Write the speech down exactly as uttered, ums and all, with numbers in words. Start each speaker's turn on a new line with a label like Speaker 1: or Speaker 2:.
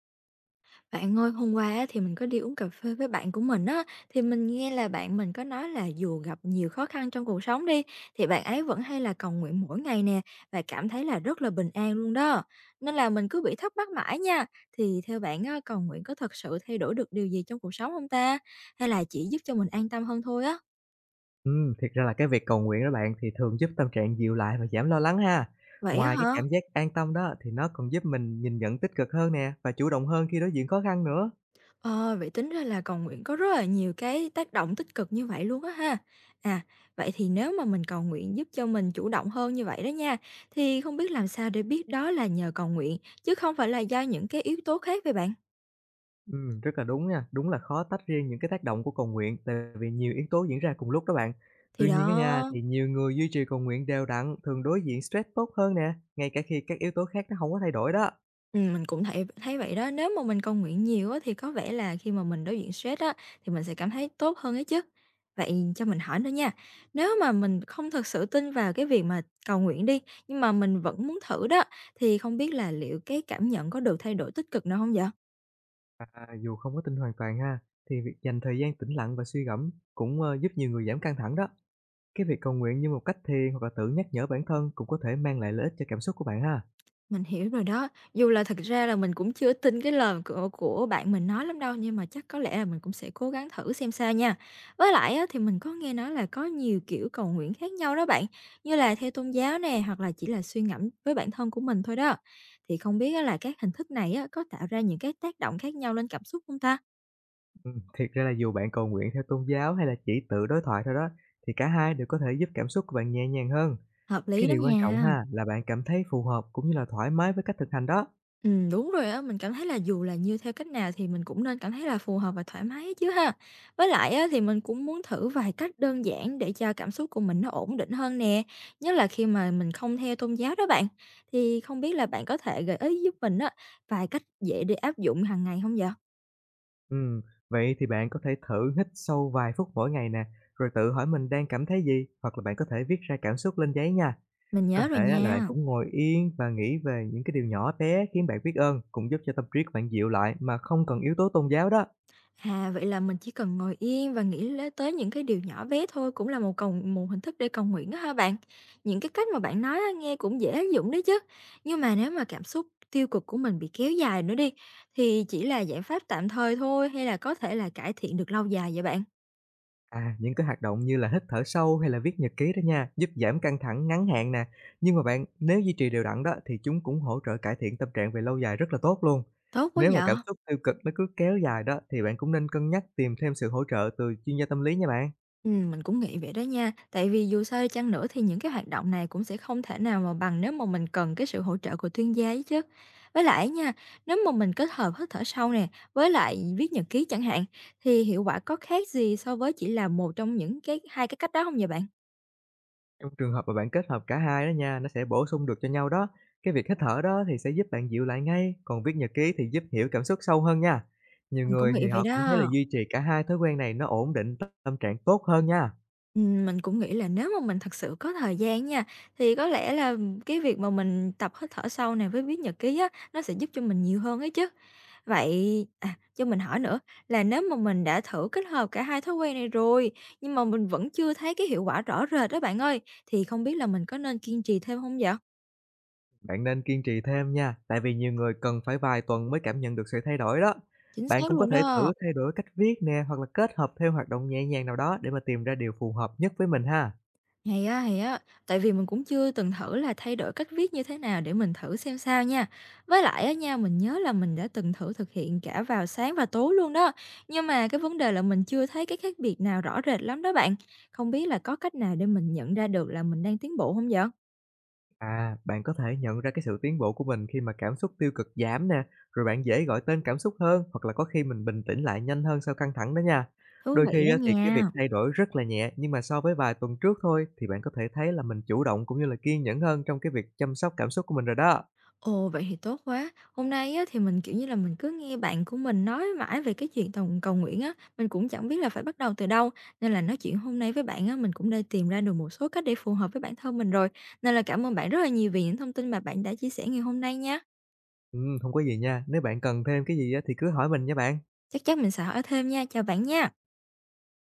Speaker 1: Bạn ơi, hôm qua á, thì mình có đi uống cà phê với bạn của mình á, thì mình nghe là bạn mình có nói là dù gặp nhiều khó khăn trong cuộc sống đi, thì bạn ấy vẫn hay là cầu nguyện mỗi ngày nè và cảm thấy là rất là bình an luôn đó. Nên là mình cứ bị thắc mắc mãi nha. Thì theo bạn á, cầu nguyện có thật sự thay đổi được điều gì trong cuộc sống không ta? Hay là chỉ giúp cho mình an tâm hơn thôi á?
Speaker 2: Ừm, thiệt ra là cái việc cầu nguyện đó bạn thì thường giúp tâm trạng dịu lại và giảm lo lắng ha.
Speaker 1: Vậy á
Speaker 2: Ngoài cái
Speaker 1: hả?
Speaker 2: cảm giác an tâm đó thì nó còn giúp mình nhìn nhận tích cực hơn nè và chủ động hơn khi đối diện khó khăn nữa.
Speaker 1: Ờ, vậy tính ra là cầu nguyện có rất là nhiều cái tác động tích cực như vậy luôn á ha. À, vậy thì nếu mà mình cầu nguyện giúp cho mình chủ động hơn như vậy đó nha, thì không biết làm sao để biết đó là nhờ cầu nguyện chứ không phải là do những cái yếu tố khác vậy bạn?
Speaker 2: Ừm, rất là đúng nha, đúng là khó tách riêng những cái tác động của cầu nguyện tại vì nhiều yếu tố diễn ra cùng lúc đó bạn.
Speaker 1: Thì
Speaker 2: Tuy nhiên á nha,
Speaker 1: đó.
Speaker 2: thì nhiều người duy trì cầu nguyện đều đặn thường đối diện stress tốt hơn nè, ngay cả khi các yếu tố khác nó không có thay đổi đó.
Speaker 1: Ừm, mình cũng thấy thấy vậy đó. Nếu mà mình cầu nguyện nhiều á, thì có vẻ là khi mà mình đối diện stress á, thì mình sẽ cảm thấy tốt hơn ấy chứ. Vậy cho mình hỏi nữa nha, nếu mà mình không thực sự tin vào cái việc mà cầu nguyện đi, nhưng mà mình vẫn muốn thử đó, thì không biết là liệu cái cảm nhận có được thay đổi tích cực nào không vậy?
Speaker 2: À, dù không có tin hoàn toàn ha, thì việc dành thời gian tĩnh lặng và suy ngẫm cũng ờ, giúp nhiều người giảm căng thẳng đó. Cái việc cầu nguyện như một cách thiền hoặc là tự nhắc nhở bản thân cũng có thể mang lại lợi ích cho cảm xúc của bạn ha.
Speaker 1: Mình hiểu rồi đó. Dù là thật ra là mình cũng chưa tin cái lời của của bạn mình nói lắm đâu, nhưng mà chắc có lẽ là mình cũng sẽ cố gắng thử xem sao nha. Với lại á, thì mình có nghe nói là có nhiều kiểu cầu nguyện khác nhau đó bạn, như là theo tôn giáo nè, hoặc là chỉ là suy ngẫm với bản thân của mình thôi đó. Thì không biết á, là các hình thức này á, có tạo ra những cái tác động khác nhau lên cảm xúc không ta?
Speaker 2: Ừm, thiệt ra là dù bạn cầu nguyện theo tôn giáo hay là chỉ tự đối thoại thôi đó, thì cả hai đều có thể giúp cảm xúc của bạn nhẹ nhàng hơn.
Speaker 1: Hợp lý
Speaker 2: Cái
Speaker 1: đó
Speaker 2: điều quan trọng
Speaker 1: nha.
Speaker 2: ha là bạn cảm thấy phù hợp cũng như là thoải mái với cách thực hành đó.
Speaker 1: Ừm, đúng rồi á, mình cảm thấy là dù là như theo cách nào thì mình cũng nên cảm thấy là phù hợp và thoải mái chứ ha. Với lại á, thì mình cũng muốn thử vài cách đơn giản để cho cảm xúc của mình nó ổn định hơn nè, nhất là khi mà mình không theo tôn giáo đó bạn. Thì không biết là bạn có thể gợi ý giúp mình á, vài cách dễ để áp dụng hàng ngày không vậy?
Speaker 2: Ừm, vậy thì bạn có thể thử hít sâu vài phút mỗi ngày nè, rồi tự hỏi mình đang cảm thấy gì hoặc là bạn có thể viết ra cảm xúc lên giấy nha.
Speaker 1: Mình
Speaker 2: Có
Speaker 1: nhớ
Speaker 2: thể
Speaker 1: rồi
Speaker 2: á, là bạn
Speaker 1: nha.
Speaker 2: cũng ngồi yên và nghĩ về những cái điều nhỏ bé khiến bạn biết ơn cũng giúp cho tâm trí của bạn dịu lại mà không cần yếu tố tôn giáo đó.
Speaker 1: À, vậy là mình chỉ cần ngồi yên và nghĩ lế tới những cái điều nhỏ bé thôi cũng là một cầu một hình thức để cầu nguyện đó hả bạn? Những cái cách mà bạn nói á, nghe cũng dễ áp dụng đấy chứ. Nhưng mà nếu mà cảm xúc tiêu cực của mình bị kéo dài nữa đi thì chỉ là giải pháp tạm thời thôi hay là có thể là cải thiện được lâu dài vậy bạn?
Speaker 2: À, những cái hoạt động như là hít thở sâu hay là viết nhật ký đó nha, giúp giảm căng thẳng ngắn hạn nè. Nhưng mà bạn, nếu duy trì đều đặn đó thì chúng cũng hỗ trợ cải thiện tâm trạng về lâu dài rất là tốt luôn.
Speaker 1: Tốt quá
Speaker 2: Nếu mà
Speaker 1: vậy?
Speaker 2: cảm xúc tiêu cực nó cứ kéo dài đó thì bạn cũng nên cân nhắc tìm thêm sự hỗ trợ từ chuyên gia tâm lý nha bạn.
Speaker 1: Ừm, mình cũng nghĩ vậy đó nha, tại vì dù sao đi chăng nữa thì những cái hoạt động này cũng sẽ không thể nào mà bằng nếu mà mình cần cái sự hỗ trợ của chuyên gia ấy chứ. Với lại nha, nếu mà mình kết hợp hít thở sâu nè, với lại viết nhật ký chẳng hạn, thì hiệu quả có khác gì so với chỉ là một trong những cái hai cái cách đó không vậy bạn?
Speaker 2: Trong trường hợp mà bạn kết hợp cả hai đó nha, nó sẽ bổ sung được cho nhau đó. Cái việc hít thở đó thì sẽ giúp bạn dịu lại ngay, còn viết nhật ký thì giúp hiểu cảm xúc sâu hơn nha. Nhiều
Speaker 1: Mình cũng
Speaker 2: người
Speaker 1: nghĩ
Speaker 2: thì họ
Speaker 1: vậy
Speaker 2: cũng thấy là
Speaker 1: đó.
Speaker 2: duy trì cả hai thói quen này nó ổn định tâm trạng tốt hơn nha.
Speaker 1: Ừm, mình cũng nghĩ là nếu mà mình thật sự có thời gian nha, thì có lẽ là cái việc mà mình tập hít thở sâu này với viết nhật ký á, nó sẽ giúp cho mình nhiều hơn ấy chứ. Vậy, à, cho mình hỏi nữa là nếu mà mình đã thử kết hợp cả hai thói quen này rồi, nhưng mà mình vẫn chưa thấy cái hiệu quả rõ rệt đó bạn ơi, thì không biết là mình có nên kiên trì thêm không vậy?
Speaker 2: Bạn nên kiên trì thêm nha, tại vì nhiều người cần phải vài tuần mới cảm nhận được sự thay đổi đó.
Speaker 1: Chính
Speaker 2: Bạn
Speaker 1: xác
Speaker 2: cũng có
Speaker 1: luôn
Speaker 2: thể
Speaker 1: đó.
Speaker 2: thử thay đổi cách viết nè hoặc là kết hợp theo hoạt động nhẹ nhàng nào đó để mà tìm ra điều phù hợp nhất với mình ha.
Speaker 1: Hay á, hay á, tại vì mình cũng chưa từng thử là thay đổi cách viết như thế nào để mình thử xem sao nha. Với lại á nha, mình nhớ là mình đã từng thử thực hiện cả vào sáng và tối luôn đó, nhưng mà cái vấn đề là mình chưa thấy cái khác biệt nào rõ rệt lắm đó bạn. Không biết là có cách nào để mình nhận ra được là mình đang tiến bộ không vậy?
Speaker 2: À, bạn có thể nhận ra cái sự tiến bộ của mình khi mà cảm xúc tiêu cực giảm nè, rồi bạn dễ gọi tên cảm xúc hơn hoặc là có khi mình bình tĩnh lại nhanh hơn sau căng thẳng đó nha.
Speaker 1: Thú
Speaker 2: Đôi
Speaker 1: vị
Speaker 2: khi
Speaker 1: đó
Speaker 2: á, thì cái việc
Speaker 1: nha.
Speaker 2: thay đổi rất là nhẹ nhưng mà so với vài tuần trước thôi thì bạn có thể thấy là mình chủ động cũng như là kiên nhẫn hơn trong cái việc chăm sóc cảm xúc của mình rồi đó.
Speaker 1: Ồ, vậy thì tốt quá. Hôm nay á, thì mình, kiểu như là, mình cứ nghe bạn của mình nói mãi về cái chuyện tòng cầu nguyện á, mình cũng chẳng biết là phải bắt đầu từ đâu, nên là nói chuyện hôm nay với bạn á, mình cũng đã tìm ra được một số cách để phù hợp với bản thân mình rồi. Nên là cảm ơn bạn rất là nhiều vì những thông tin mà bạn đã chia sẻ ngày hôm nay nha.
Speaker 2: Ừm, hông có gì nha, nếu bạn cần thêm cái gì á thì cứ hỏi mình nha bạn.
Speaker 1: Chắc chắn mình sẽ hỏi thêm nha. Chào bạn nha.